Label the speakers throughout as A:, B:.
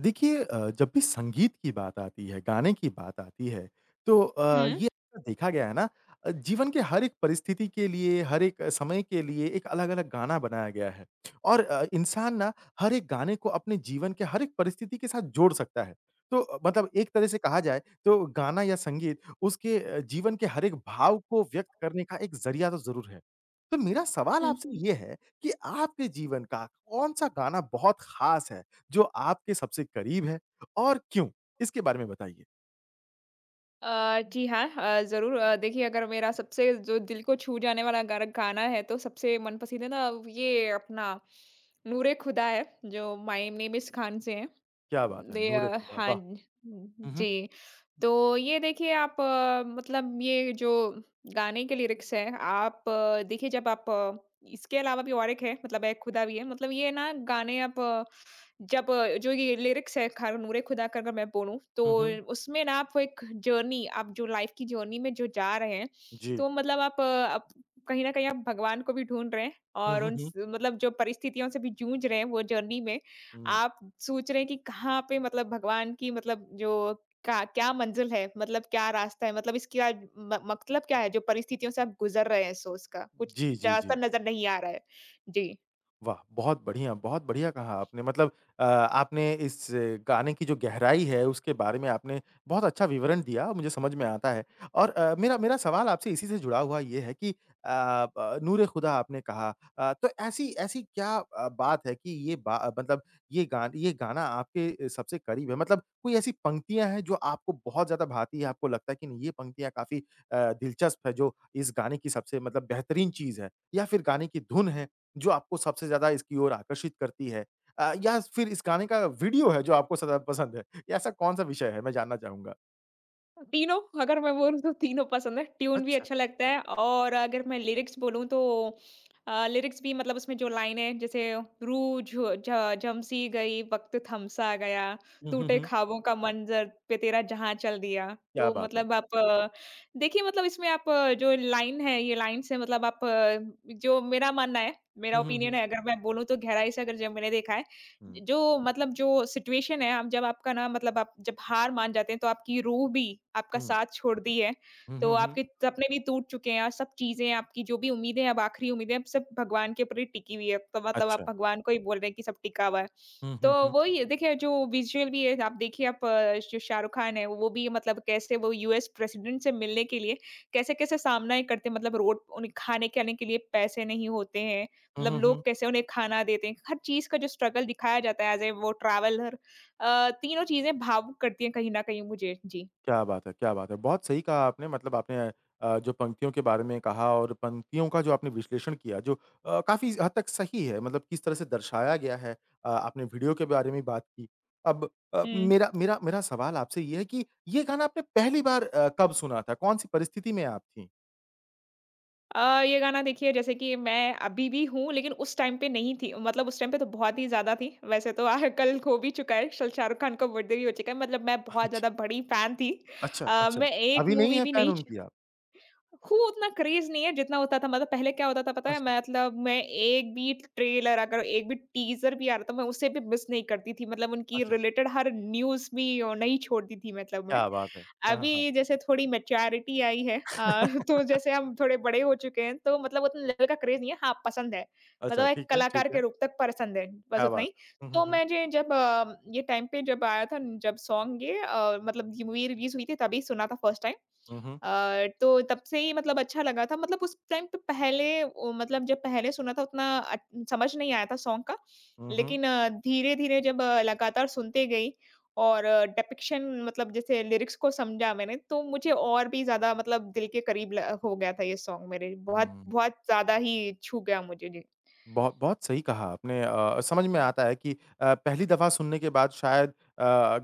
A: देखिए जब भी संगीत की बात आती है, गाने की बात आती है, तो
B: हुँ।
A: ये देखा गया है ना जीवन के हर एक परिस्थिति के लिए, हर एक समय के लिए एक अलग-अलग गाना बनाया गया है और इंसान ना हर एक गाने को अपने जीवन के हर एक परिस्थिति के साथ जोड़ सकता है। तो मतलब एक तरह से कहा जाए तो गाना या संगीत उसके जीवन के हर एक भाव को व्यक्त करने का एक ज़रिया तो ज़रूर है। तो मेरा सवाल
B: हुँ।
A: आपसे ये है कि आपके जीवन का कौन-सा गाना बहुत ख़ास है? जो आपके सबसे करीब है और क्यों? इसके बारे में बताइए।
B: जी हाँ, ज़रूर, देखिए, अगर मेरा सबसे जो दिल को छू जाने वाला गार गाना है तो सबसे मन पसंदीदा ना ये अपना नूरे खुदा है, जो माय नेम इज़ खान से है।
A: क्या बात है! नूर-ए-खुदा
B: हाँ
A: वाह! हुँ, हुँ।
B: जी। तो ये देखिए, आप, मतलब ये जो गाने के लिरिक्स हैं, आप देखिए जब आप, इसके अलावा भी और एक है, मतलब ए खुदा भी है, मतलब ये ना गाने आप जब, जो ये लिरिक्स है खान नूरे खुदा का अगर मैं बोलूँ, तो
A: हुँ, हुँ।
B: उसमें ना आपको एक जर्नी आप जो लाइफ़ की जर्नी में जो जा रहे हैं,
A: जी।
B: तो मतलब आप, आप कहीं न कहीं आप भगवान को भी ढूँढ रहे हैं
A: हुँ,
B: और
A: हुँ,
B: उन
A: हुँ।
B: स मतलब जो परिस्थितियों से भी जूझ रहे हैं वो जर्नी में,
A: हुँ।
B: आप सोच रहे हैं कि कहाँ पे मतलब भगवान की मतलब जो का क्या मंज़िल है, मतलब क्या रास्ता है, मतलब इसका म मतलब क्या है जो परिस्थितियों से आप गुज़र रहे हैं, सो उसका कुछ
A: जी, जी, जी।
B: रास्ता नज़र नहीं आ रहा है। जी।
A: वाह! बहुत बढ़िया कहा आपने। मतलब आपने इस गाने की जो गहराई है, उसके बारे में आपने बहुत अच्छा विवरण दिया, मुझे समझ में आता है। और मेरा मेरा सवाल आपसे इसी से जुड़ा हुआ ये है कि अ, ब नूरे खुदा आपने कहा तो ऐसी ऐसी क्या बात है कि मतलब ये गाना आपके सबसे करीब है? मतलब कोई ऐसी पंक्तियाँ हैं जो आपको बहुत ज़्यादा भाती है, आपको लगता है कि नहीं ये पंक्तियाँ काफ़ी दिलचस्प है जो इस गाने की सबसे मतलब बेहतरीन चीज़ है? या फिर गाने की धुन है जो आपको सबसे ज़्यादा इसकी ओर आकर्षित करती है? या फिर इस गाने का वीडियो है जो आपको ज़्यादा पसंद है? या ऐसा कौन-सा विषय है? मैं जानना चाहूँगा।
B: तीनों अगर मैं बोलूँ तो तीनों पसंद है। ट्यून भी
A: अच्छा।
B: अच्छा लगता है और अगर मैं लिरिक्स बोलूँ तो लिरिक्स भी मतलब उसमें जो लाइनें जैसे रूह झ झ झमसी गई, वक़्त थमसा गया,
A: हुँ, हुँ,
B: टूटे
A: हुँ।
B: ख्वाबों का मंज़र पे तेरा जहाँ चल दिया।
A: क्या
B: तो
A: बात है!
B: मतलब आप, देखिए मतलब इसमें आप, जो लाइन है, ये लाइन से मतलब आप, जो मेरा मानना है, मेरा
A: हुँ, हुँ,
B: ओपिनियन
A: हुँ।
B: है अगर मैं बोलूँ तो गहराई से अगर जब मैंने देखा है
A: हुँ।
B: जो मतलब जो सिचुएशन है आप जब आपका ना मतलब आप जब हार मान जाते हैं तो आपकी रूह भी आपका
A: हुँ।
B: साथ छोड़ दी है।
A: हुँ,
B: तो
A: हुँ, हुँ।
B: आपके सपने भी टूट चुके हैं और सब चीज़ें आपकी जो भी उम्मीदें हैं, अब आखिरी उम्मीदें अब सब भगवान के ऊपर ही टिकी हुई है। तो मतलब आप
A: अच्छा।
B: भगवान को ही बोल रहे हैं कि सब टिका हुआ है।
A: हुँ,
B: तो
A: हुँ, हुँ।
B: वही है, देखिए जो विज़ुअल भी है, आप देखिए आप, जो शाहरुख खान है वो भी मतलब कैसे वो यूएस प्रेसिडेंट से मिलने के लिए कैसे-कैसे सामना ही करते हैं, मतलब रोड उन्हें खाने-खाने के आने के लिए पैसे नहीं होते हैं।
A: हुँ,
B: मतलब
A: हुँ, हुँ।
B: लोग कैसे उन्हें खाना देते हैं। हर चीज़ का जो स्ट्रगल दिखाया जाता है एज़ ए वो ट्रैवलर। तीनों चीज़ें भावुक करती हैं कहीं न कहीं मुझे। जी।
A: क्या बात है, क्या बात है! बहुत सही कहा आपने मतलब आपने जो पंक्तियों के बारे में कहा और पंक्तियों का जो आपने विश्लेषण किया जो काफ़ी हद तक सही है मतलब किस तरह से दर्शाया गया है। आपने वीडियो के बारे में बात की। अब
B: हुँ।
A: मेरा मेरा मेरा सवाल आपसे ये है कि ये गाना आपने पहली बार कब सुना था? कौन-सी परिस्थिति में आप थीं?
B: अ, ये गाना देखिए, जैसे कि मैं अभी भी हूँ, लेकिन उस टाइम पे नहीं थी। मतलब उस टाइम पे तो बहुत ही ज़्यादा थी। वैसे तो आह कल हो भी चुका है, श शाहरुख खान का बर्थडे भी हो चुका है। मतलब मैं बहुत
A: अच्छा,
B: ज़्यादा बड़ी फ़ैन थी।
A: अच्छा, अच्छा।
B: मैं एक
A: अभी नहीं
B: मूवी
A: है
B: भी
A: फैन
B: नहीं,
A: उनकी आप?
B: खूब उतना क्रेज़ नहीं है जितना होता था। मतलब पहले क्या होता था पता है?
A: अच्छा,
B: मतलब मैं एक भी ट्रेलर, अगर एक भी टीज़र भी आ रहा था, मैं उसे भी मिस नहीं करती थी। मतलब उनकी
A: अच्छा।
B: रिलेटेड हर न्यूज़ भी नहीं छोड़ती थी मतलब मैं।
A: क्या बात है! हाँ, हाँ, हाँ।
B: अभी जैसे थोड़ी मैच्योरिटी आई है, तो जैसे हम थोड़े बड़े हो चुके हैं तो मतलब उतने लेवल का क्रेज़ नहीं है। हाँ, पसंद है।
A: अच्छा
B: मतलब एक
A: ठीक है, ठीक
B: कलाकार
A: है।
B: के रूप तक पसंद है, बस
A: क्या
B: उतना
A: बात
B: ही।
A: है! हुँ, हुँ,
B: तो
A: हुँ।
B: मुझे जब ये टाइम पे जब आया था, जब सॉन्ग ये, मतलब ये मूवी रिलीज़ हुई थी तभी सुना था फर्स्ट टाइम।
A: हुँ, हुँ।
B: तो तब से ही मतलब अच्छा लगा था। मतलब उस टाइम पे पहले ओ मतलब जब पहले सुना था उतना अट समझ नहीं आया था सॉन्ग का।
A: हुँ, हुँ।
B: लेकिन धीरे-धीरे जब लगातार सुनते गई और डिपिक्शन, मतलब जैसे लिरिक्स को समझा मैंने, तो मुझे और भी ज़्यादा मतलब दिल के करीब ल हो गया था ये सॉन्ग मेरे। बहुत
A: हुँ।
B: बहुत ज़्यादा ही छू गया मुझे। जी।
A: बहुत बहुत सही कहा आपने समझ में आता है कि पहली दफ़ा सुनने के बाद शायद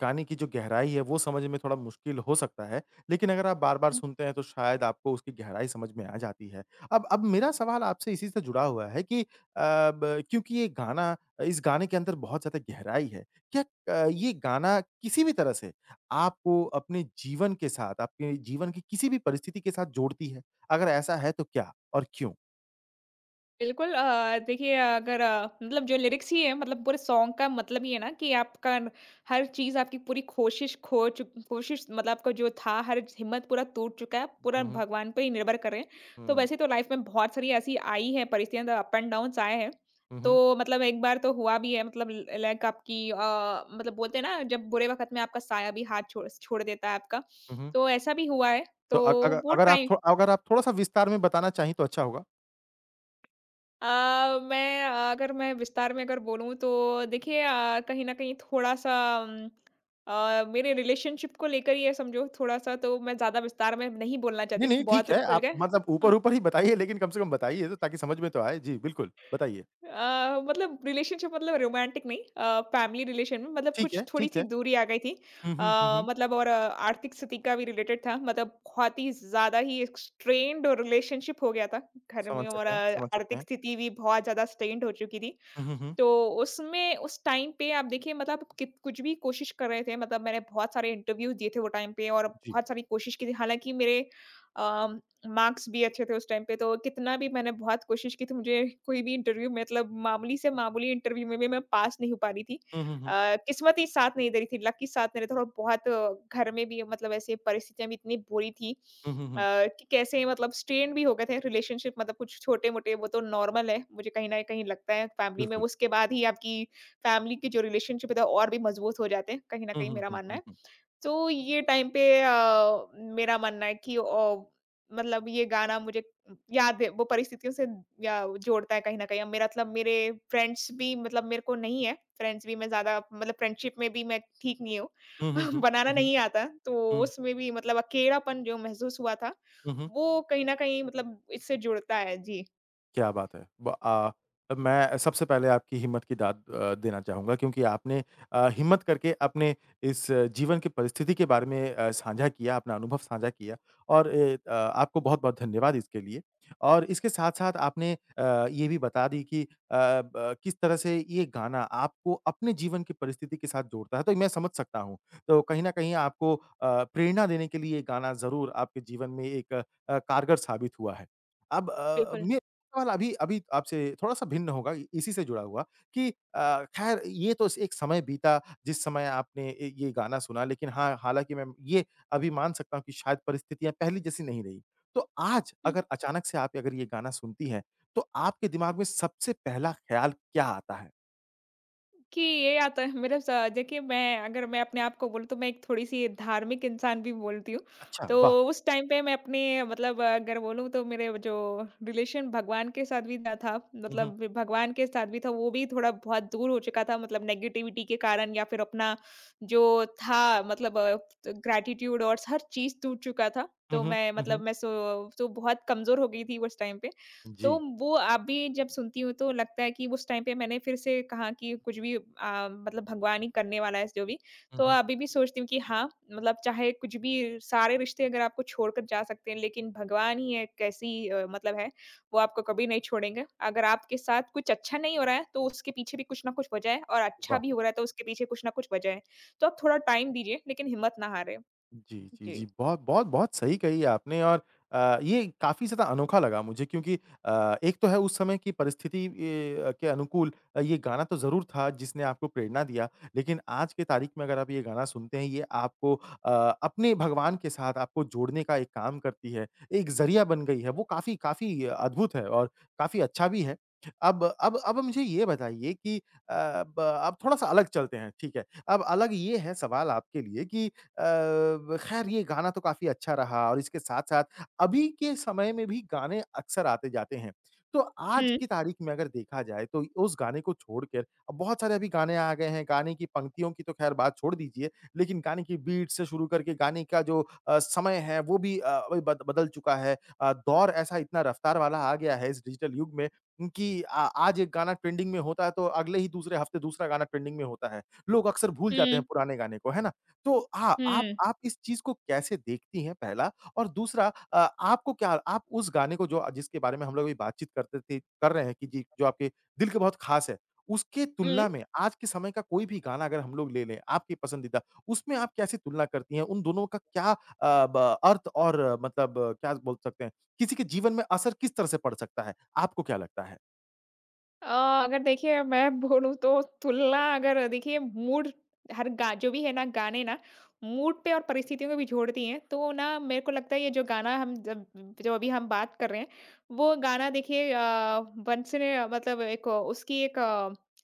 A: गाने की जो गहराई है वो समझ में थोड़ा मुश्किल हो सकता है। लेकिन अगर आप बार-बार सुनते हैं तो शायद आपको उसकी गहराई समझ में आ जाती है। अब मेरा सवाल आपसे इसी से जुड़ा हुआ है कि अ, ब क्योंकि ये गाना इस गाने के अंदर बहुत ज़्यादा गहराई है। क्या ये गाना किसी भी तरह से आपको अपने जीवन के साथ, आपके जीवन की किसी भी परिस्थिति के साथ जोड़ती है? अगर ऐसा है तो क्या और क्यों?
B: बिल्कुल। देखिए अगर, मतलब जो लिरिक्स ही है मतलब पूरे सॉन्ग का मतलब ही है ना कि आपका हर चीज़ आपकी पूरी कोशिश, खो चुक कोशिश मतलब आपका जो था हर हिम्मत पूरा टूट चुका है, पूरा
A: हुँ, हुँ।
B: भगवान पे ही निर्भर करें। तो
A: हुँ।
B: वैसे तो लाइफ में बहुत सारी ऐसी आई है परिस्थितियां, अप एंड डाउन आए हैं,
A: हुँ,
B: तो
A: हुँ।
B: मतलब एक बार तो हुआ भी है मतलब लाइक आपकी, मतलब बोलते हैं ना, जब बुरे वक्त में आपका साया भी हाथ छोड़ छोड़ देता है आपका,
A: हुँ।
B: तो ऐसा भी हुआ है।
A: तो
B: तो
A: अग अगर
B: वो
A: अगर आप
B: टाइम,
A: थो अगर आप थोड़ा-सा विस्तार में बताना चाहें तो अच्छा होगा।
B: मैं अगर मैं विस्तार में अगर बोलूँ तो देखिए कहीं न कहीं थोड़ा-सा उम, मेरे रिलेशनशिप को लेकर, ये समझो थोड़ा-सा, तो मैं ज़्यादा विस्तार में नहीं बोलना चाहती
A: नहीं, नहीं,
B: हूँ,
A: ठीक
B: बहुत और
A: है,
B: खुल
A: आप
B: के।
A: मतलब
B: अ
A: ऊपर-ऊपर ही बताइए लेकिन कम से कम बताइए तो ताकि समझ में तो आए। जी, बिल्कुल, बताइए।
B: मतलब रिलेशनशिप, मतलब रोमांटिक नहीं, फैमिली रिलेशन में मतलब
A: ठीक
B: कुछ
A: है, ठीक
B: थोड़ी-सी
A: है।
B: दूरी आ गई थी।
A: हुँ, हुँ, हुँ, हुँ।
B: मतलब और आर्थिक स्थिति का भी रिलेटेड था। मतलब बहुत ही ज़्यादा ही एक स्ट्रेन्ड और रिलेशनशिप हो गया था घर
A: समझ
B: में और
A: सकते हैं, समझ सकते
B: आर्थिक
A: हैं।
B: स्थिति भी बहुत ज़्यादा स्ट्रेन्ड हो चुकी थी।
A: हुँ, हुँ, हुँ।
B: तो उसमें उस टाइम पे आप देखिए मतलब कित कुछ भी कोशिश कर रहे थे, मतलब मैंने बहुत सारे इंटरव्यूज़ दिए थे वो टाइम पे और
A: जी।
B: बहुत सारी कोशिश की थी। हालाँकि मेरे अ, मार्क्स भी अच्छे थे उस टाइम पे, तो कितना भी मैंने बहुत कोशिश की थी, मुझे कोई भी इंटरव्यू, मतलब मामूली से मामूली इंटरव्यू में भी मैं पास नहीं हो पा रही थी।
A: हुँ, हुँ, हुँ।
B: किस्मत ही साथ नहीं दे रही थी, लक ही साथ नहीं रहा था और बहुत घर में भी मतलब ऐसे परिस्थितियाँ भी इतनी बुरी थी।
A: हुँ, हुँ,
B: अ,
A: हुँ।
B: कि कैसे मतलब स्ट्रेन भी हो गए थे रिलेशनशिप मतलब कुछ छोटे-मोटे, वो तो नॉर्मल है, मुझे कहीं न कहीं लगता है फैमिली में
A: बिल्कुल।
B: उसके बाद ही आपकी फैमिली की जो रिलेशनशिप है तो और भी मजबूत हो जाते हैं, कहीं न
A: हुँ,
B: कहीं
A: हुँ,
B: मेरा
A: हुँ,
B: मानना
A: हुँ,
B: है।
A: हुँ।
B: तो ये टाइम पे मेरा मानना है कि मतलब ये गाना मुझे याद है वो परिस्थितियों से या जोड़ता है कहीं न कहीं। अब मेरा मतलब मेरे फ्रेंड्स भी मतलब मेरे को नहीं है, फ्रेंड्स भी मैं ज़्यादा मतलब फ्रेंडशिप में भी मैं ठीक नहीं हूँ।
A: हुँ, हुँ, हुँ। हुँ,
B: बनाना
A: हुँ।
B: नहीं आता, तो
A: हुँ,
B: उसमें भी मतलब अकेलापन जो महसूस हुआ था,
A: हुँ, हुँ।
B: वो कहीं न कहीं मतलब इससे जुड़ता है। जी,
A: क्या बात है! मैं सबसे पहले आपकी हिम्मत की दाद देना चाहूँगा क्योंकि आपने हिम्मत करके अपने इस जीवन की परिस्थिति के बारे में साझा किया, अपना अनुभव साझा किया और आपको बहुत-बहुत धन्यवाद इसके लिए। और इसके साथ-साथ आपने ये भी बता दी कि अ, ब किस तरह से ये गाना आपको अपने जीवन की परिस्थिति के साथ जोड़ता है, तो मैं समझ सकता हूँ। तो कहीं न कहीं आपको प्रेरणा देने के लिए ये गाना ज़रूर आपके जीवन में एक कारगर साबित हुआ है। अब अ,
B: बिल्कुल।
A: मे सवाल अभी अभी आपसे थोड़ा-सा भिन्न होगा, इ इसी से जुड़ा हुआ कि खैर ये तो एक समय बीता जिस समय आपने ये गाना सुना लेकिन हाँ, हालाँकि मैं ये अभी मान सकता हूँ कि शायद परिस्थितियाँ पहले जैसी नहीं रही। तो आज अगर अचानक से आप अगर ये गाना सुनती हैं, तो आपके दिमाग में सबसे पहला ख़्याल क्या आता है?
B: कि ये आता है मेरा स देखिए, मैं अगर मैं अपने आप को बोलूँ, तो मैं एक थोड़ी-सी धार्मिक इंसान भी बोलती हूँ।
A: अच्छा,
B: तो
A: वाह!
B: उस टाइम पे मैं अपने मतलब अगर बोलूँ तो मेरे जो रिलेशन भगवान के साथ भी ना था,
A: हुँ, हुँ।
B: मतलब भगवान के साथ भी था वो भी थोड़ा बहुत दूर हो चुका था मतलब नेगेटिविटी के कारण या फिर अपना जो था मतलब ग्रैटिट्यूड और हर चीज़ टूट चुका था।
A: हुँ,
B: तो
A: हुँ।
B: मैं
A: हुँ,
B: मतलब
A: हुँ।
B: मैं सो तो बहुत कमज़ोर हो गई थी उस टाइम पे। तो
A: जी।
B: वो अभी जब सुनती हूँ तो लगता है कि उस टाइम पे मैंने फिर से कहा कि कुछ भी मतलब भगवान ही करने वाला है जो भी।
A: हुँ,
B: तो
A: हुँ।
B: अभी भी सोचती हूँ कि हाँ, मतलब चाहे कुछ भी, सारे रिश्ते अगर आपको छोड़कर जा सकते हैं लेकिन भगवान ही एक ऐसी मतलब है, वो आपको कभी नहीं छोड़ेंगे। अगर आपके साथ कुछ अच्छा नहीं हो रहा है तो उसके पीछे भी कुछ न कुछ वजह है, और अच्छा
A: वाह!
B: भी हो रहा है तो उसके पीछे कुछ न कुछ वजह है। तो आप थोड़ा टाइम दीजिए, लेकिन हिम्मत ना हारें।
A: जी, जी,
B: जी।
A: जी। बहुत, बहुत, बहुत सही कही आपने और ये काफ़ी ज़्यादा अनोखा लगा मुझे क्योंकि एक तो है उस समय की परिस्थिति के अनुकूल ये गाना तो ज़रूर था जिसने आपको प्रेरणा दिया। लेकिन आज के तारीख में अगर आप ये गाना सुनते हैं ये आपको अपने भगवान के साथ आपको जोड़ने का एक काम करती है, एक ज़रिया बन गई है। वो काफ़ी काफ़ी अद्भुत है और काफ़ी अच्छा भी है। अब मुझे ये बताइए कि अ, ब अब थोड़ा-सा अलग चलते हैं, ठीक है। अब अलग ये है सवाल आपके लिए कि अ, ब खैर ये गाना तो काफ़ी अच्छा रहा और इसके साथ-साथ अभी के समय में भी गाने अक्सर आते-जाते हैं। तो आज
B: हुँ।
A: की तारीख में अगर देखा जाए तो उस गाने को छोड़कर अब बहुत सारे अभी गाने आ गए हैं, गाने की पंक्तियों की तो खैर बात छोड़ दीजिए, लेकिन गाने की बीट से शुरू करके गाने का जो समय है वो भी अ, ब बद बदल चुका है। दौर ऐसा इतना रफ्तार वाला आ गया है इस डिजिटल युग में कि आ आज एक गाना ट्रेंडिंग में होता है तो अगले ही दूसरे हफ्ते दूसरा गाना ट्रेंडिंग में होता है। लोग अक्सर भूल जाते हैं
B: हुँ,
A: पुराने गाने को, है ना? तो हाँ, आप
B: हुँ।
A: आप इस चीज़ को कैसे देखती हैं पहला? और दूसरा आपको क्या आप उस गाने को जो जिसके बारे में हम लोग अभी बातचीत करते थे कर रहे हैं कि जी, जो आपके दिल के बहुत ख़ास है, उसके
B: हुँ।
A: तुलना में आज के समय का कोई भी गाना अगर हम लोग ले लें, आपकी पसंदीदा, उसमें आप कैसे तुलना करती हैं? उन दोनों का क्या अ, ब अर्थ और मतलब क्या बोल सकते हैं, किसी के जीवन में असर किस तरह से पड़ सकता है? आपको क्या लगता है?
B: अगर देखिए मैं बोलूँ तो तुलना, अगर देखिए मूड, हर गा जो भी है ना गाने ना मूड पे और परिस्थितियों को भी जोड़ती हैं। तो ना मेरे को लगता है ये जो गाना हम जब, जो अभी हम बात कर रहे हैं, वो गाना देखिए वंस इन अ, मतलब एक उसकी एक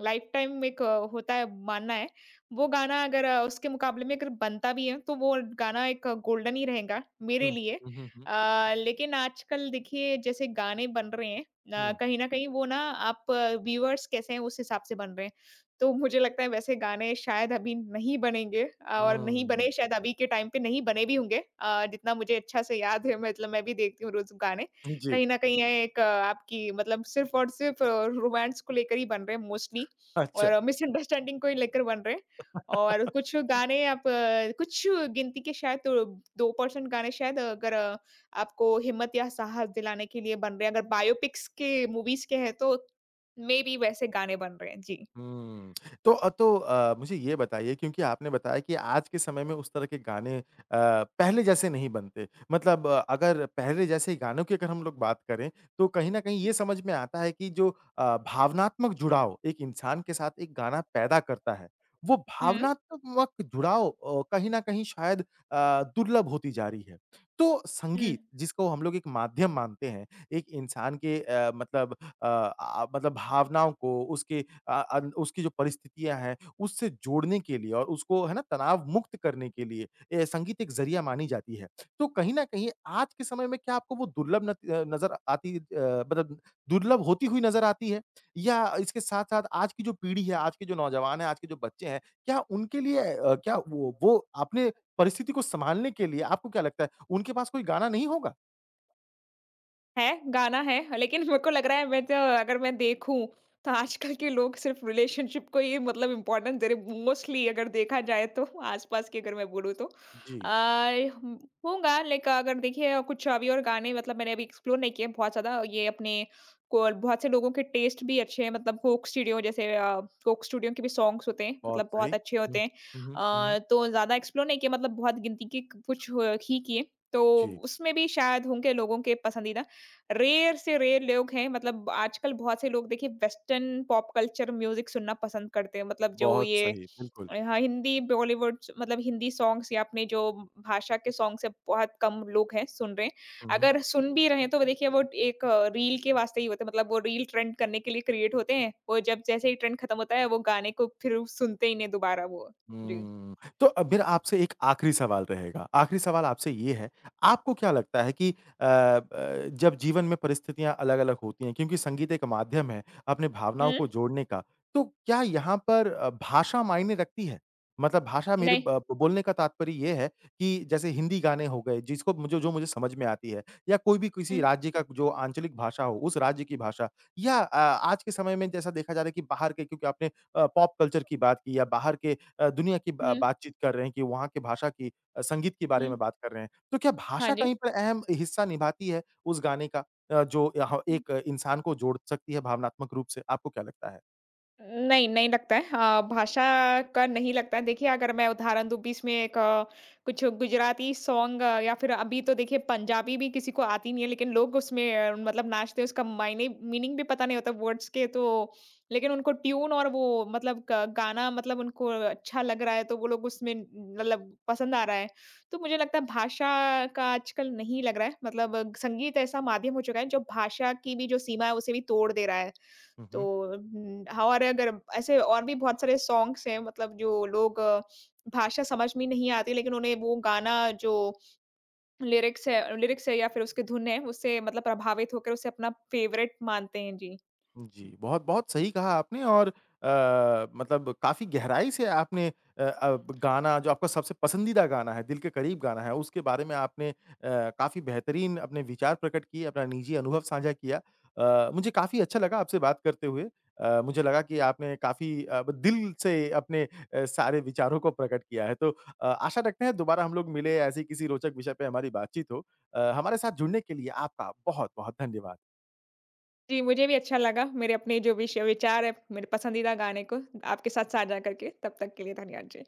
B: लाइफ टाइम एक होता है मानना है। वो गाना अगर उसके मुकाबले में अगर बनता भी है तो वो गाना एक गोल्डन ही रहेगा
A: हुँ।
B: मेरे लिए।
A: हुँ, हुँ, हुँ।
B: लेकिन आजकल देखिए जैसे गाने बन रहे हैं,
A: हुँ।
B: कहीं न कहीं वो ना आप व्यूअर्स कैसे हैं, उस हिसाब से बन रहे हैं। तो मुझे लगता है वैसे गाने शायद अभी नहीं बनेंगे और नहीं
A: हुँ।
B: बने, शायद अभी के टाइम पे नहीं बने भी होंगे, जितना मुझे अच्छा से याद है मतलब मैं भी देखती हूँ रोज़ गाने।
A: जी,
B: कहीं न कहीं ये एक आपकी मतलब सिर्फ़ और सिर्फ़ रोमांस को लेकर ही बन रहे हैं मोस्टली,
A: अच्छा।
B: और मिसअंडरस्टैंडिंग को ही लेकर बन रहे हैं। और कुछ गाने आप, कुछ गिनती के शायद, तो 2% गाने शायद अगर आपको हिम्मत या साहस दिलाने के लिए बन रहे हैं। अगर बायोपिक्स के मूवीज़ के हैं तो मेबी वैसे गाने बन रहे हैं। जी।
A: हुँ। मुझे ये बताइए क्योंकि आपने बताया कि आज के समय में उस तरह के गाने पहले जैसे नहीं बनते। मतलब अगर पहले जैसे गानों की अगर हम लोग बात करें, तो कहीं न कहीं ये समझ में आता है कि जो भावनात्मक जुड़ाव एक इंसान के साथ एक गाना पैदा करता है, वो
B: हुँ,
A: भावनात्मक जुड़ाव कहीं न कहीं शायद दुर्लभ होती जा रही है। तो
B: हुँ।
A: संगीत जिसको हम लोग एक माध्यम मानते हैं, एक इंसान के मतलब अ, आ मतलब भावनाओं को उसके अ, अन उसकी जो परिस्थितियाँ हैं, उससे जोड़ने के लिए और उसको है ना तनाव मुक्त करने के लिए संगीत एक ज़रिया मानी जाती है। तो कहीं न कहीं आज के समय में क्या आपको वो नज़र आती मतलब दुर्लभ होती हुई नज़र आती है? या इसके साथ-साथ आज की जो पीढ़ी है, आज के जो नौजवान हैं, आज के जो बच्चे हैं, क्या उनके लिए क्या वो अपने परिस्थिति को सँभालने के लिए आपको क्या लगता है, उनके पास कोई गाना नहीं होगा?
B: है, गाना है, लेकिन मेरे को लग रहा है, मैं तो अगर मैं देखूँ, तो आजकल के लोग सिर्फ़ रिलेशनशिप को ही मतलब इम्पोर्टेंस दे रहे हैं, मोस्टली अगर देखा जाए तो, आस-पास की अगर मैं बोलूँ तो।
A: जी,
B: अ, हूँ होगा लाइक, अगर देखिए कुछ अभी और गाने, मतलब मैंने अभी एक्सप्लोर नहीं किए हैं बहुत ज़्यादा, ये अपने को बहुत से लोगों के टेस्ट भी अच्छे हैं, मतलब कोक स्टूडियो जैसे, कोक स्टूडियो के भी सॉन्ग्स होते हैं,
A: बहुत
B: मतलब
A: सही।
B: बहुत अच्छे
A: हुँ।
B: होते हैं।
A: हुँ, हुँ। हुँ, हुँ।
B: तो ज़्यादा एक्सप्लोर नहीं किए, मतलब बहुत गिनती के कुछ ही किए, तो
A: जी,
B: उसमें भी शायद होंगे लोगों के पसंदीदा। रेयर से रेयर लोग हैं मतलब आजकल, बहुत से लोग देखिए वेस्टर्न पॉप कल्चर म्यूजिक सुनना पसंद करते हैं, मतलब जो
A: बहुत
B: ये।
A: सही, बिल्कुल।
B: हाँ, हिंदी बॉलीवुड मतलब हिंदी सॉन्ग्स या अपने जो भाषा के सॉन्ग से बहुत कम लोग हैं सुन रहे हैं,
A: हुँ, हुँ।
B: अगर सुन भी रहे हैं तो वो देखिए वो एक रील के वास्ते ही होते हैं, मतलब वो रील ट्रेंड करने के लिए क्रिएट होते हैं, वो जब जैसे ही ट्रेंड खत्म होता है वो गाने को फिर सुनते ही नहीं दोबारा वो। जी।
A: हुँ। तो अब मेरा आपसे एक आखिरी सवाल रहेगा। आखिरी सवाल आपसे ये है, आपको क्या लगता है कि अ, ब जब जीवन में परिस्थितियाँ अलग-अलग होती हैं, क्योंकि संगीत एक माध्यम है अपने भावनाओं
B: हम्म।
A: को जोड़ने का, तो क्या यहाँ पर भाषा मायने रखती है? मतलब भाषा मेरे
B: नहीं।
A: ब बोलने का तात्पर्य ये है कि जैसे हिंदी गाने हो गए, जिसको मुझे जो मुझे समझ में आती है या कोई भी किसी
B: हम्म।
A: राज्य का जो आंचलिक भाषा हो, उस राज्य की भाषा या आज के समय में जैसा देखा जा रहा है कि बाहर के क्योंकि आपने पॉप कल्चर की बात की या बाहर के दुनिया की बा
B: हम्म।
A: बातचीत कर रहे हैं कि वहाँ की भाषा की संगीत के बारे
B: हम्म।
A: में बात कर रहे हैं। तो क्या
B: हाँ
A: भाषा
B: जी।
A: कहीं पर अहम हिस्सा निभाती है उस गाने का जो यहाँ एक इंसान को जोड़ सकती है भावनात्मक रूप से? आपको क्या लगता है?
B: नहीं, नहीं लगता है। भाषा का नहीं लगता है। देखिए, अगर मैं उदाहरण दूँ, बीच में एक, कुछ गुजराती सॉन्ग, या फिर अभी तो देखिए पंजाबी भी किसी को आती नहीं है, लेकिन लोग उसमें मतलब नाचते हैं, उसका मायने मीनिंग भी पता नहीं होता वर्ड्स के, तो लेकिन उनको ट्यून और वो मतलब ग गाना मतलब उनको अच्छा लग रहा है, तो वो लोग उसमें मतलब पसंद आ रहा है। तो मुझे लगता है भाषा का आजकल नहीं लग रहा है, मतलब संगीत ऐसा माध्यम हो चुका है, जो भाषा की भी जो सीमा है, उसे भी तोड़ दे रहा है।
A: हुँ,
B: तो
A: हुँ।
B: हमारे अगर ऐसे और भी बहुत सारे सॉन्ग्स हैं, मतलब जो लोग भाषा समझ में नहीं आती लेकिन उन्हें वो गाना जो लिरिक्स है या फिर उसकी धुन है, उससे मतलब प्रभावित होकर उसे अपना फेवरेट मानते हैं। जी।
A: जी, बहुत-बहुत सही कहा आपने और मतलब काफ़ी गहराई से आपने अ अ, गाना जो आपका सबसे पसंदीदा गाना है, दिल के करीब गाना है, उसके बारे में आपने काफ़ी बेहतरीन अपने विचार प्रकट किए, अपना निजी अनुभव साझा किया। मुझे काफ़ी अच्छा लगा आपसे बात करते हुए। मुझे लगा कि आपने काफ़ी दिल से अपने सारे विचारों को प्रकट किया है। तो आशा रखते हैं दोबारा हम लोग मिले, ऐसे ही किसी रोचक विषय पे हमारी बातचीत हो। हमारे साथ जुड़ने के लिए आपका बहुत-बहुत धन्यवाद।
B: जी, मुझे भी अच्छा लगा मेरे अपने जो विषय विचार है मेरे पसंदीदा गाने को आपके साथ साझा करके। तब तक के लिए धन्यवाद जी।